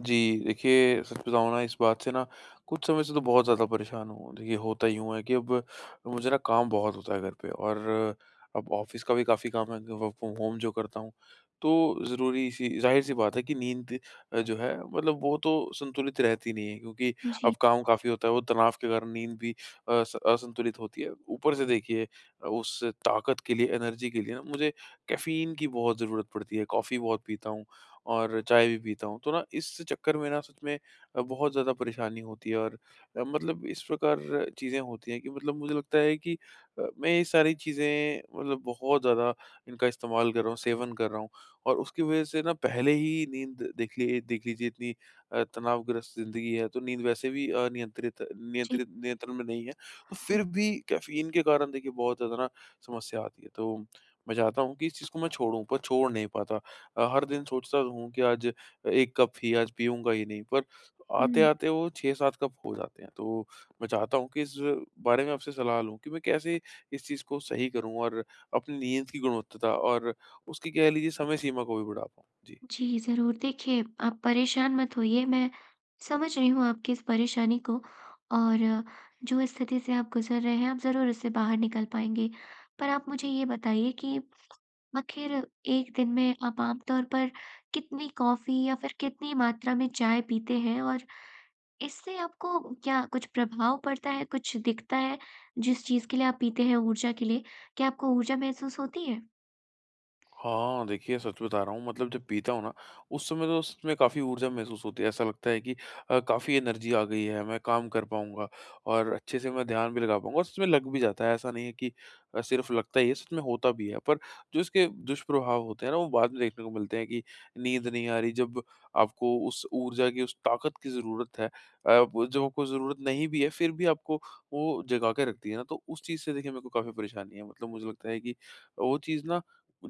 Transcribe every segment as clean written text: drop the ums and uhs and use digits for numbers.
जी, देखिए सच बताऊँ ना इस बात से ना कुछ समय से तो बहुत ज़्यादा परेशान हूँ। देखिए होता यूँ है कि अब मुझे ना काम बहुत होता है घर पे और अब ऑफ़िस का भी काफ़ी काम है, वर्क फ्रॉम होम जो करता हूँ। तो ज़रूरी सी ज़ाहिर-सी बात है कि नींद जो है मतलब वो तो संतुलित रहती नहीं है, क्योंकि जी, अब काम काफ़ी होता है वो तनाव के कारण नींद भी अस असंतुलित होती है। ऊपर से देखिए उस ताकत के लिए एनर्जी के लिए ना मुझे कैफ़ीन की बहुत ज़रूरत पड़ती है। कॉफ़ी बहुत पीता हूँ। और चाय भी पीता हूँ। तो ना इस चक्कर में ना सच में बहुत ज़्यादा परेशानी होती है और मतलब इस प्रकार चीज़ें होती हैं कि मतलब मुझे लगता है कि मैं ये सारी चीज़ें मतलब बहुत ज़्यादा इनका इस्तेमाल कर रहा हूँ, सेवन कर रहा हूँ और उसकी वज़ह से ना पहले ही नींद देख लीजिए इतनी तनावग्रस्त ज़िंदगी है, तो नींद वैसे भी अनियंत्रित जी। नियंत्रित नियंत्रण में नहीं है। तो फिर भी कैफ़ीन के कारण देखिए बहुत ज़्यादा ना समस्या आती है। तो मैं चाहता हूँ कि इस चीज़ को मैं छोड़ूँ पर छोड़ नहीं पाता। हर दिन सोचता तो हूँ कि आज 1 कप ही, आज पीऊँगा ही नहीं, पर हुँ। आते-आते वो 6-7 कप हो जाते हैं। तो मैं चाहता हूँ कि इस बारे में आपसे सलाह लूँ कि मैं कैसे इस चीज़ को सही करूँ और अपनी नींद की गुणवत्ता और उसकी कह लीजिए समय सीमा को भी बढ़ा पाऊँ? जी। जी, ज़रूर। देखिए, आप परेशान मत होइए, मैं समझ रही हूँ आपकी इस परेशानी को और जो स्थिति से आप गुज़र रहे हैं, आप ज़रूर इससे बाहर निकल पाएँगे। पर आप मुझे ये बताइए कि आखिर एक दिन में आप आम तौर पर कितनी कॉफ़ी या फिर कितनी मात्रा में चाय पीते हैं? और इससे आपको क्या कुछ प्रभाव पड़ता है, कुछ दिखता है जिस चीज़ के लिए आप पीते हैं ऊर्जा के लिए? क्या आपको ऊर्जा महसूस होती है? हाँ, देखिए सच बता रहा हूँ मतलब जब पीता हूँ ना, उस समय तो सच में काफ़ी ऊर्जा महसूस होती है। ऐसा लगता है कि काफ़ी एनर्जी आ गई है, मैं काम कर पाऊँगा और अच्छे से मैं ध्यान भी लगा पाऊँगा और सच में लग भी जाता है। ऐसा नहीं है कि सिर्फ लगता ही है, सच में होता भी है। पर जो इसके दुष्प्रभाव होते हैं ना, वो बाद में देखने को मिलते हैं कि नींद नहीं आ रही, जब आपको उस ऊर्जा की, उस ताकत की ज़रूरत है वो जब आपको ज़रूरत नहीं भी है, फिर भी आपको वो जगा के रखती है ना, तो उस चीज़ से देखिए मेरे को काफ़ी परेशानी है। मतलब मुझे लगता है कि वो चीज़ ना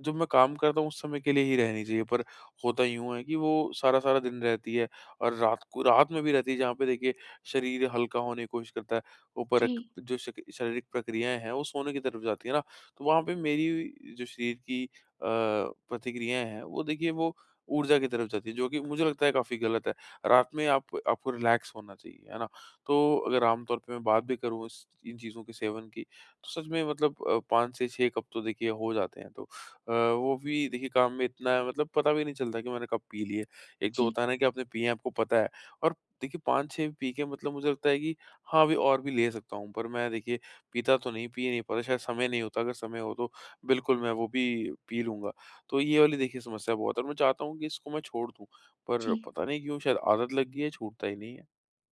जब मैं काम करता हूँ उस समय के लिए ही रहनी चाहिए, पर होता यूँ है कि वो सारा-सारा दिन रहती है और रात में भी रहती है, जहाँ पे देखिए शरीर हल्का होने की कोशिश करता है। ऊपर क जी, जो शक शारीरिक प्रक्रियाएँ हैं वो सोने की तरफ जाती है ना, तो वहाँ पे मेरी जो शरीर की प्रतिक्रियाएँ हैं वो देखिए वो ऊर्जा की तरफ जाती है, जो कि मुझे लगता है काफ़ी गलत है। रात में आप आपको रिलैक्स होना चाहिए, है ना? तो अगर आमतौर पे मैं बात भी करूँ इस इन चीज़ों के सेवन की, तो सच में मतलब 5 से 6 कप तो देखिए हो जाते हैं। तो वो भी देखिए काम में इतना, मतलब पता भी नहीं चलता कि मैंने कब पी लिए। एक तो जी, होता है ना कि आपने पिए हैं आपको पता है और देखिए 5-6 पी के मतलब मुझे लगता है कि हाँ, अभी और भी ले सकता हूँ। पर मैं देखिए पीता तो नहीं पिए नहीं पाता, शायद समय नहीं होता, अगर समय हो तो बिल्कुल मैं वो भी पी लूँगा। तो ये वाली देखिए समस्या बहुत है और मैं चाहता हूँ कि इसको मैं छोड़ दूँ, पर जी। पता नहीं क्यों शायद आदत लग गई है, छूटता ही नहीं है।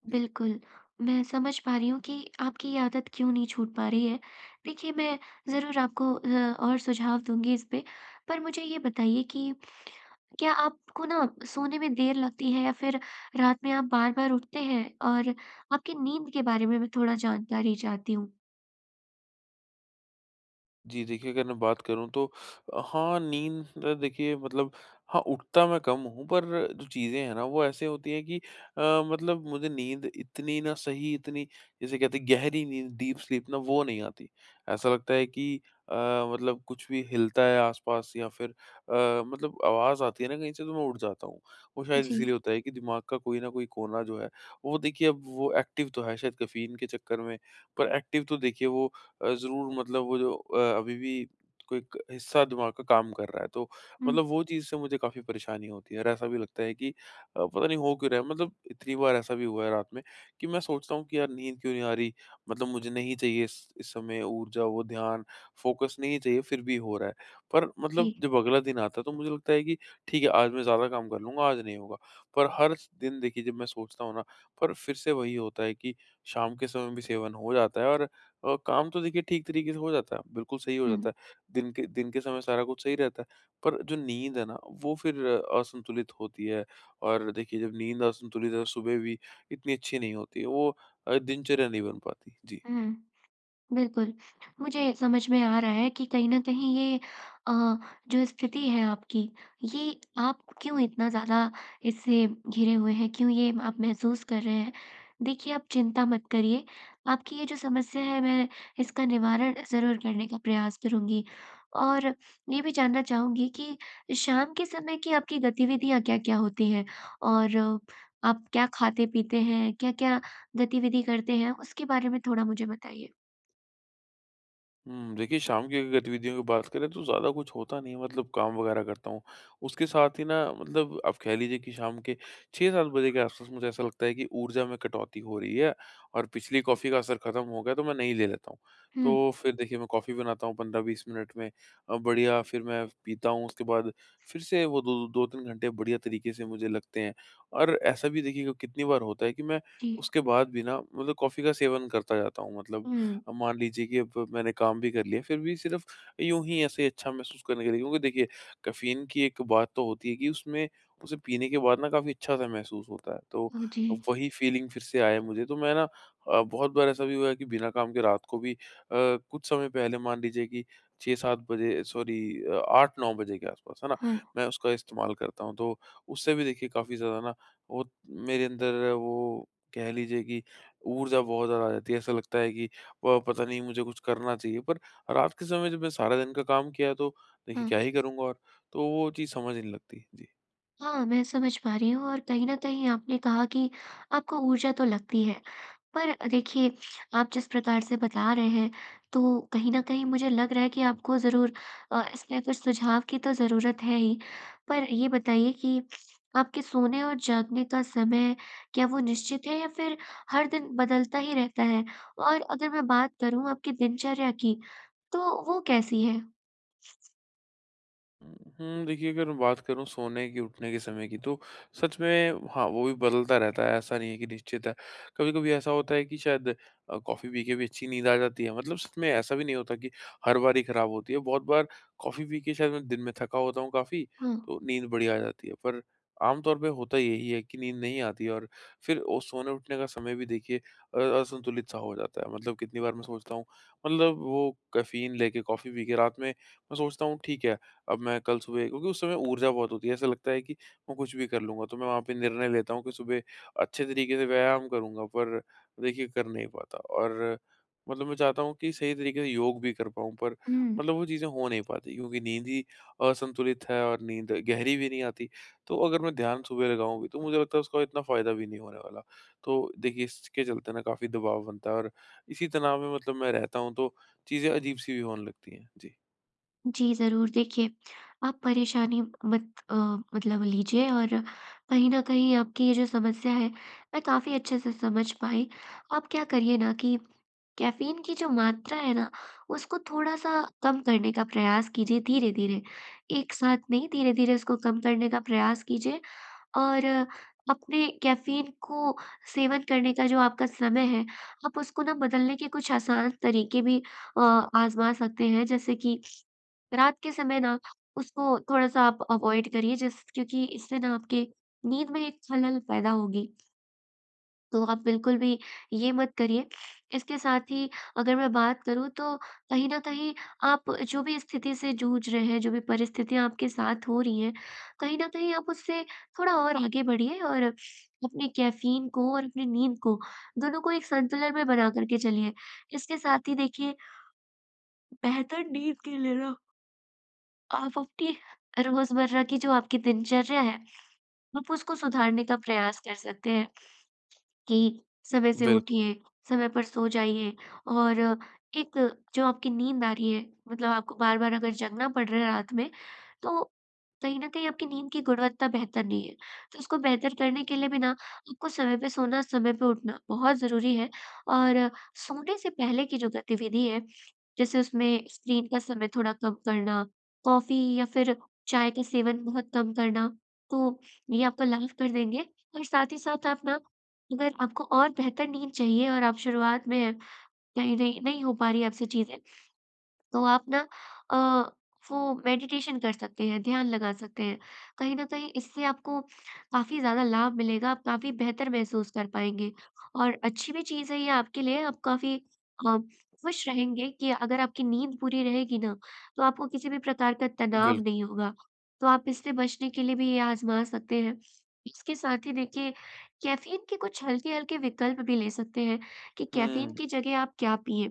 जी। बिल्कुल, मैं समझ पा रही हूँ कि आपकी ये आदत क्यों नहीं छूट पा रही है। देखिए, मैं ज़रूर आपको और सुझाव दूँगी इस पे। पर मुझे ये बताइए कि क्या आपको ना सोने में देर लगती है या फिर रात में आप बार-बार उठते हैं? और आपकी नींद के बारे में मैं थोड़ा जानकारी चाहती हूँ। जी, देखिए अगर मैं बात करूँ तो हाँ, नींद देखिए मतलब हाँ, उठता मैं कम हूँ, पर जो चीज़ें हैं ना वो ऐसे होती हैं कि मतलब मुझे नींद इतनी ना सही इतनी जिसे कहते हैं गहरी नींद, डीप स्लीप ना, वो नहीं आती। ऐसा लगता है कि अ, मतलब कुछ भी हिलता है आस-पास या फिर मतलब आवाज़ आती है ना कहीं से, तो मैं उठ जाता हूँ। वो शायद जी। इसीलिए होता है कि दिमाग का कोई न कोई कोना जो है वो देखिए अब वो एक्टिव तो है, शायद कैफ़ीन के चक्कर में, पर एक्टिव तो देखिए वो ज़रूर मतलब वो जो अभी भी कोई क हिस्सा दिमाग का काम कर रहा है। तो हुँ, मतलब वो चीज़ से मुझे काफ़ी परेशानी होती है और ऐसा भी लगता है कि पता नहीं हो क्यों रहा है। मतलब इतनी बार ऐसा भी हुआ है रात में कि मैं सोचता हूँ कि यार नींद क्यों नहीं आ रही? मतलब मुझे नहीं चाहिए इस समय ऊर्जा, वो ध्यान, फ़ोकस नहीं चाहिए, फिर भी हो रहा है। पर जी। मतलब जब अगला दिन आता है तो मुझे लगता है कि ठीक है आज मैं ज़्यादा काम कर लूँगा, आज नहीं होगा। पर हर स दिन देखिए जब मैं सोचता हूँ ना, पर फिर से वही होता है कि शाम के समय भी सेवन हो जाता है और काम तो देखिए ठीक तरीके से हो जाता है, बिल्कुल सही हो हुँ, जाता है। दिन के समय सारा कुछ सही रहता है, पर जो नींद है ना, वो फिर असंतुलित होती है और देखिए जब नींद असंतुलित है, सुबह भी इतनी अच्छी नहीं होती है, वो दिनचर्या नहीं बन पाती। जी। हुँ। बिल्कुल, मुझे समझ में आ रहा है कि कहीं न कहीं ये अ, जो स्थिति है आपकी, ये आप क्यों इतना ज़्यादा इससे घिरे हुए हैं, क्यों ये आप महसूस कर रहे हैं। देखिए, आप चिंता मत करिए, आपकी ये जो समस्या है, मैं इसका निवारण ज़रूर करने का प्रयास करूँगी। और ये भी जानना चाहूँगी कि शाम के समय की आपकी गतिविधियाँ क्या-क्या होती हैं? और आप क्या खाते-पीते हैं, क्या-क्या गतिविधि करते हैं, उसके बारे में थोड़ा मुझे बताइए? हुँ, देखिए शाम की अगर गतिविधियों की बात करें तो ज़्यादा कुछ होता नहीं है, मतलब काम वग़ैरह करता हूँ। उसके साथ ही ना मतलब आप कह लीजिए कि शाम के 6-7 बजे के आस-पास मुझे ऐसा लगता है कि ऊर्जा में कटौती हो रही है और पिछली कॉफ़ी का असर ख़त्म हो गया, तो मैं नहीं ले लेता हूँ। हुँ। तो फिर देखिए मैं कॉफ़ी बनाता हूँ 15-20 मिनट में बढ़िया, फिर मैं पीता हूँ उसके बाद, फिर से वो दो 2-3 घंटे बढ़िया तरीके से मुझे लगते हैं। और ऐसा भी देखिए कि कितनी बार होता है कि मैं जी। उसके बाद भी ना मतलब कॉफ़ी का सेवन करता जाता हूँ, मतलब हुँ। अब मान लीजिए कि अब मैंने काम भी कर लिया, फिर भी सिर्फ यूँ ही ऐसे अच्छा महसूस करने के लिए, क्योंकि देखिए कैफ़ीन की एक बात तो होती है कि उसमें उसे पीने के बाद ना काफ़ी अच्छा-सा महसूस होता है। तो जी। वही फ़ीलिंग फिर से आया मुझे, तो मैं ना बहुत बार ऐसा भी हुआ है कि बिना काम के रात को भी कुछ समय पहले मान लीजिए कि 6-7 बजे सॉरी 8-9 बजे के आस-पास, है ना? हाँ, मैं उसका इस्तेमाल करता हूँ, तो उससे भी देखिए काफ़ी ज़्यादा ना वो मेरे अंदर वो कह लीजिए कि ऊर्जा बहुत ज़्यादा आ जाती है। ऐसा लगता है कि प पता नहीं मुझे कुछ करना चाहिए, पर रात के समय जब मैं सारा दिन का काम किया है, तो देखिए क्या हाँ। ही करूँगा और? तो वो चीज़ समझ नहीं लगती। जी। हाँ, मैं समझ पा रही हूँ और कहीं न कहीं आपने कहा कि आपको ऊर्जा तो लगती है। पर देखिए, आप जिस प्रकार से बता रहे हैं, तो कहीं न कहीं मुझे लग रहा है कि आपको ज़रूर इसमें कुछ सुझाव की तो ज़रूरत है ही। पर ये बताइए कि आपके सोने और जागने का समय, क्या वो निश्चित है या फिर हर दिन बदलता ही रहता है? और अगर मैं बात करूँ आपकी दिनचर्या की, तो वो कैसी है? हुँ, देखिए अगर मैं बात करूँ सोने की, उठने के समय की, तो सच में हाँ, वो भी बदलता रहता है, ऐसा नहीं है कि निश्चित है। कभी-कभी ऐसा होता है कि शायद कॉफ़ी पी के भी अच्छी नींद आ जाती है, मतलब सच में ऐसा भी नहीं होता कि हर बार ही खराब होती है। बहुत बार कॉफ़ी पी के शायद मैं दिन में थका होता हूँ काफ़ी, हाँ। तो नींद बड़ी आ जाती है। पर आमतौर पे होता यही है कि नींद नहीं आती और फिर वो सोने-उठने का समय भी देखिए असंतुलित-सा हो जाता है। मतलब कितनी बार मैं सोचता हूँ, मतलब वो कैफ़ीन लेके, कॉफ़ी पी के रात में मैं सोचता हूँ ठीक है, अब मैं कल सुबह, क्योंकि उस समय ऊर्जा बहुत होती है, ऐसा लगता है कि मैं कुछ भी कर लूँगा, तो मैं वहाँ पे निर्णय लेता हूँ कि सुबह अच्छे तरीके से व्यायाम करूँगा, पर देखिए कर नहीं पाता और मतलब मैं चाहता हूँ कि सही तरीके से योग भी कर पाऊँ, पर हुँ। मतलब वो चीज़ें हो नहीं पाती, क्योंकि नींद ही असंतुलित है और नींद गहरी भी नहीं आती। तो अगर मैं ध्यान सुबह लगाऊँ भी, तो मुझे लगता है उसका इतना फ़ायदा भी नहीं होने वाला। तो देखिए, इसके चलते ना काफ़ी दबाव बनता है और इसी तनाव में मतलब मैं रहता हूँ, तो चीज़ें अजीब-सी भी होने लगती हैं। जी। जी, ज़रूर। देखिए, आप परेशानी मत मतलब लीजिए और कहीं न कहीं आपकी ये जो समस्या है, मैं काफ़ी अच्छे से समझ पाई। आप क्या करिए ना कि कैफ़ीन की जो मात्रा है ना, उसको थोड़ा-सा कम करने का प्रयास कीजिए धीरे-धीरे। एक साथ नहीं, धीरे-धीरे उसको कम करने का प्रयास कीजिए और अपने कैफ़ीन को सेवन करने का जो आपका समय है, आप उसको ना बदलने के कुछ आसान तरीके भी आज़मा सकते हैं। जैसे कि रात के समय ना उसको थोड़ा-सा आप अवॉइड करिए जिस क्योंकि इससे ना आपके नींद में एक खलल पैदा होगी, तो आप बिल्कुल भी ये मत करिए। इसके साथ ही अगर मैं बात करूँ तो कहीं न कहीं आप जो भी स्थिति से जूझ रहे हैं, जो भी परिस्थितियाँ आपके साथ हो रही हैं, कहीं न कहीं आप उससे थोड़ा और आगे बढ़िए और अपने कैफ़ीन को और अपनी नींद को, दोनों को एक संतुलन में बना कर के चलिए। इसके साथ ही देखिए बेहतर नींद के लिए ना आप अपनी रोजमर्रा की जो आपकी दिनचर्या है, आप उसको सुधारने का प्रयास कर सकते हैं। कि समय से बिल्कुल, उठिए, समय पर सो जाइए और एक जो आपकी नींद आ रही है मतलब आपको बार-बार अगर जगना पड़ रहा है रात में, तो कहीं न कहीं आपकी नींद की गुणवत्ता बेहतर नहीं है। तो उसको बेहतर करने के लिए भी ना आपको समय पे सोना, समय पे उठना बहुत ज़रूरी है और सोने से पहले की जो गतिविधि है, जैसे उसमें स्क्रीन का समय थोड़ा कम करना, कॉफ़ी या फिर चाय का सेवन बहुत कम करना, तो ये आपको लाभ कर देंगे और साथ ही साथ आप ना अगर आपको और बेहतर नींद चाहिए और आप शुरुआत में कहीं नहीं नहीं हो पा रही है आपसे चीज़ें, तो आप ना अ, वो मेडिटेशन कर सकते हैं, ध्यान लगा सकते हैं। कहीं न कहीं इससे आपको काफ़ी ज़्यादा लाभ मिलेगा, आप काफ़ी बेहतर महसूस कर पाएँगे और अच्छी भी चीज़ है ये आपके लिए, आप काफ़ी अ, खुश रहेंगे कि अगर आपकी नींद पूरी रहेगी ना, तो आपको किसी भी प्रकार का तनाव बिल्कुल। नहीं होगा। तो आप इससे बचने के लिए भी ये आज़मा सकते हैं। इसके साथ ही देखिए, कैफ़ीन के कुछ हल्के-हल्के विकल्प भी ले सकते हैं कि कैफ़ीन हुँ। की जगह आप क्या पिएँ।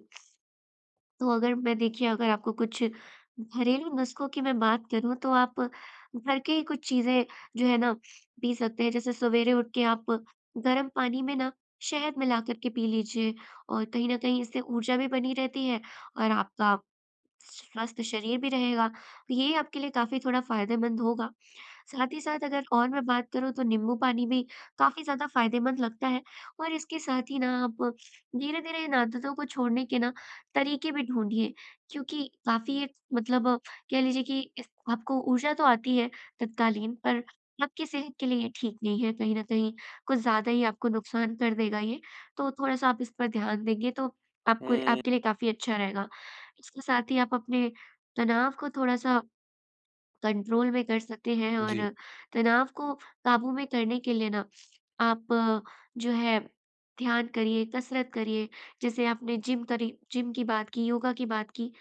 तो अगर मैं देखिए अगर आपको कुछ घरेलू नुस्ख़ों की मैं बात करूँ तो आप घर के ही कुछ चीज़ें जो है ना पी सकते हैं। जैसे सवेरे उठ के आप गर्म पानी में ना शहद मिला कर के पी लीजिए और कहीं न कहीं इससे ऊर्जा भी बनी रहती है और आपका स्वस्थ शरीर भी रहेगा। तो ये आपके लिए काफ़ी थोड़ा फ़ायदेमंद होगा। साथ ही साथ अगर और मैं बात करूँ तो नींबू पानी भी काफ़ी ज़्यादा फ़ायदेमंद लगता है और इसके साथ ही ना आप धीरे-धीरे इन आदतों को छोड़ने के ना तरीके भी ढूँढिए क्योंकि काफ़ी एक मतलब कह लीजिए कि इस आपको ऊर्जा तो आती है तत्कालीन पर आपकी सेहत के लिए ये ठीक नहीं है कहीं न कहीं कुछ ज़्यादा ही आपको नुकसान कर देगा ये, तो थोड़ा-सा आप इस पर ध्यान देंगे तो आपको हुँ। आपके लिए काफ़ी अच्छा रहेगा। इसके साथ ही आप अपने तनाव को थोड़ा-सा कंट्रोल में कर सकते हैं और जी। तनाव को काबू में करने के लिए ना आप जो है ध्यान करिए, कसरत करिए। जैसे आपने जिम की बात की, योगा की बात की,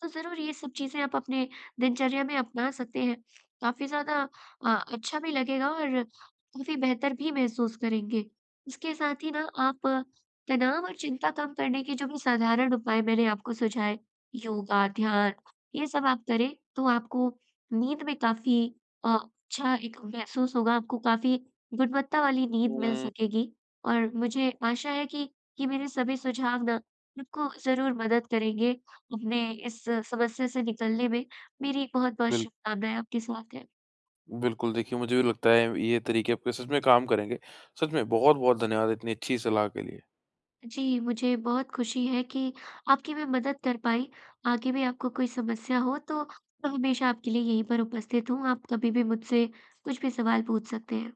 तो ज़रूर ये सब चीज़ें आप अपने दिनचर्या में अपना सकते हैं। काफ़ी ज़्यादा अच्छा भी लगेगा और काफ़ी बेहतर भी महसूस करेंगे। इसके साथ ही ना आप तनाव और चिंता कम करने के जो भी साधारण उपाय मैंने आपको सुझाए, योगा, ध्यान, ये सब आप करें, तो आपको नींद में काफ़ी अच्छा एक महसूस होगा आपको काफ़ी गुणवत्ता वाली नींद मिल हुँ। सकेगी और मुझे आशा है कि ये मेरे सभी सुझाव ना आपको ज़रूर मदद करेंगे अपने इस समस्या से निकलने में। मेरी बहुत-बहुत बिल शुभकामनाएँ आपके साथ हैं। बिल्कुल, देखिए मुझे भी लगता है ये तरीके आपके सच में काम करेंगे। सच में बहुत-बहुत धन्यवाद इतनी अच्छी सलाह के लिए। जी, मुझे बहुत खुशी है कि आपकी मैं मदद कर पाई। आगे भी आपको कोई समस्या हो तो मैं हमेशा आपके लिए यहीं पर उपस्थित हूँ। आप कभी भी मुझसे कुछ भी सवाल पूछ सकते हैं।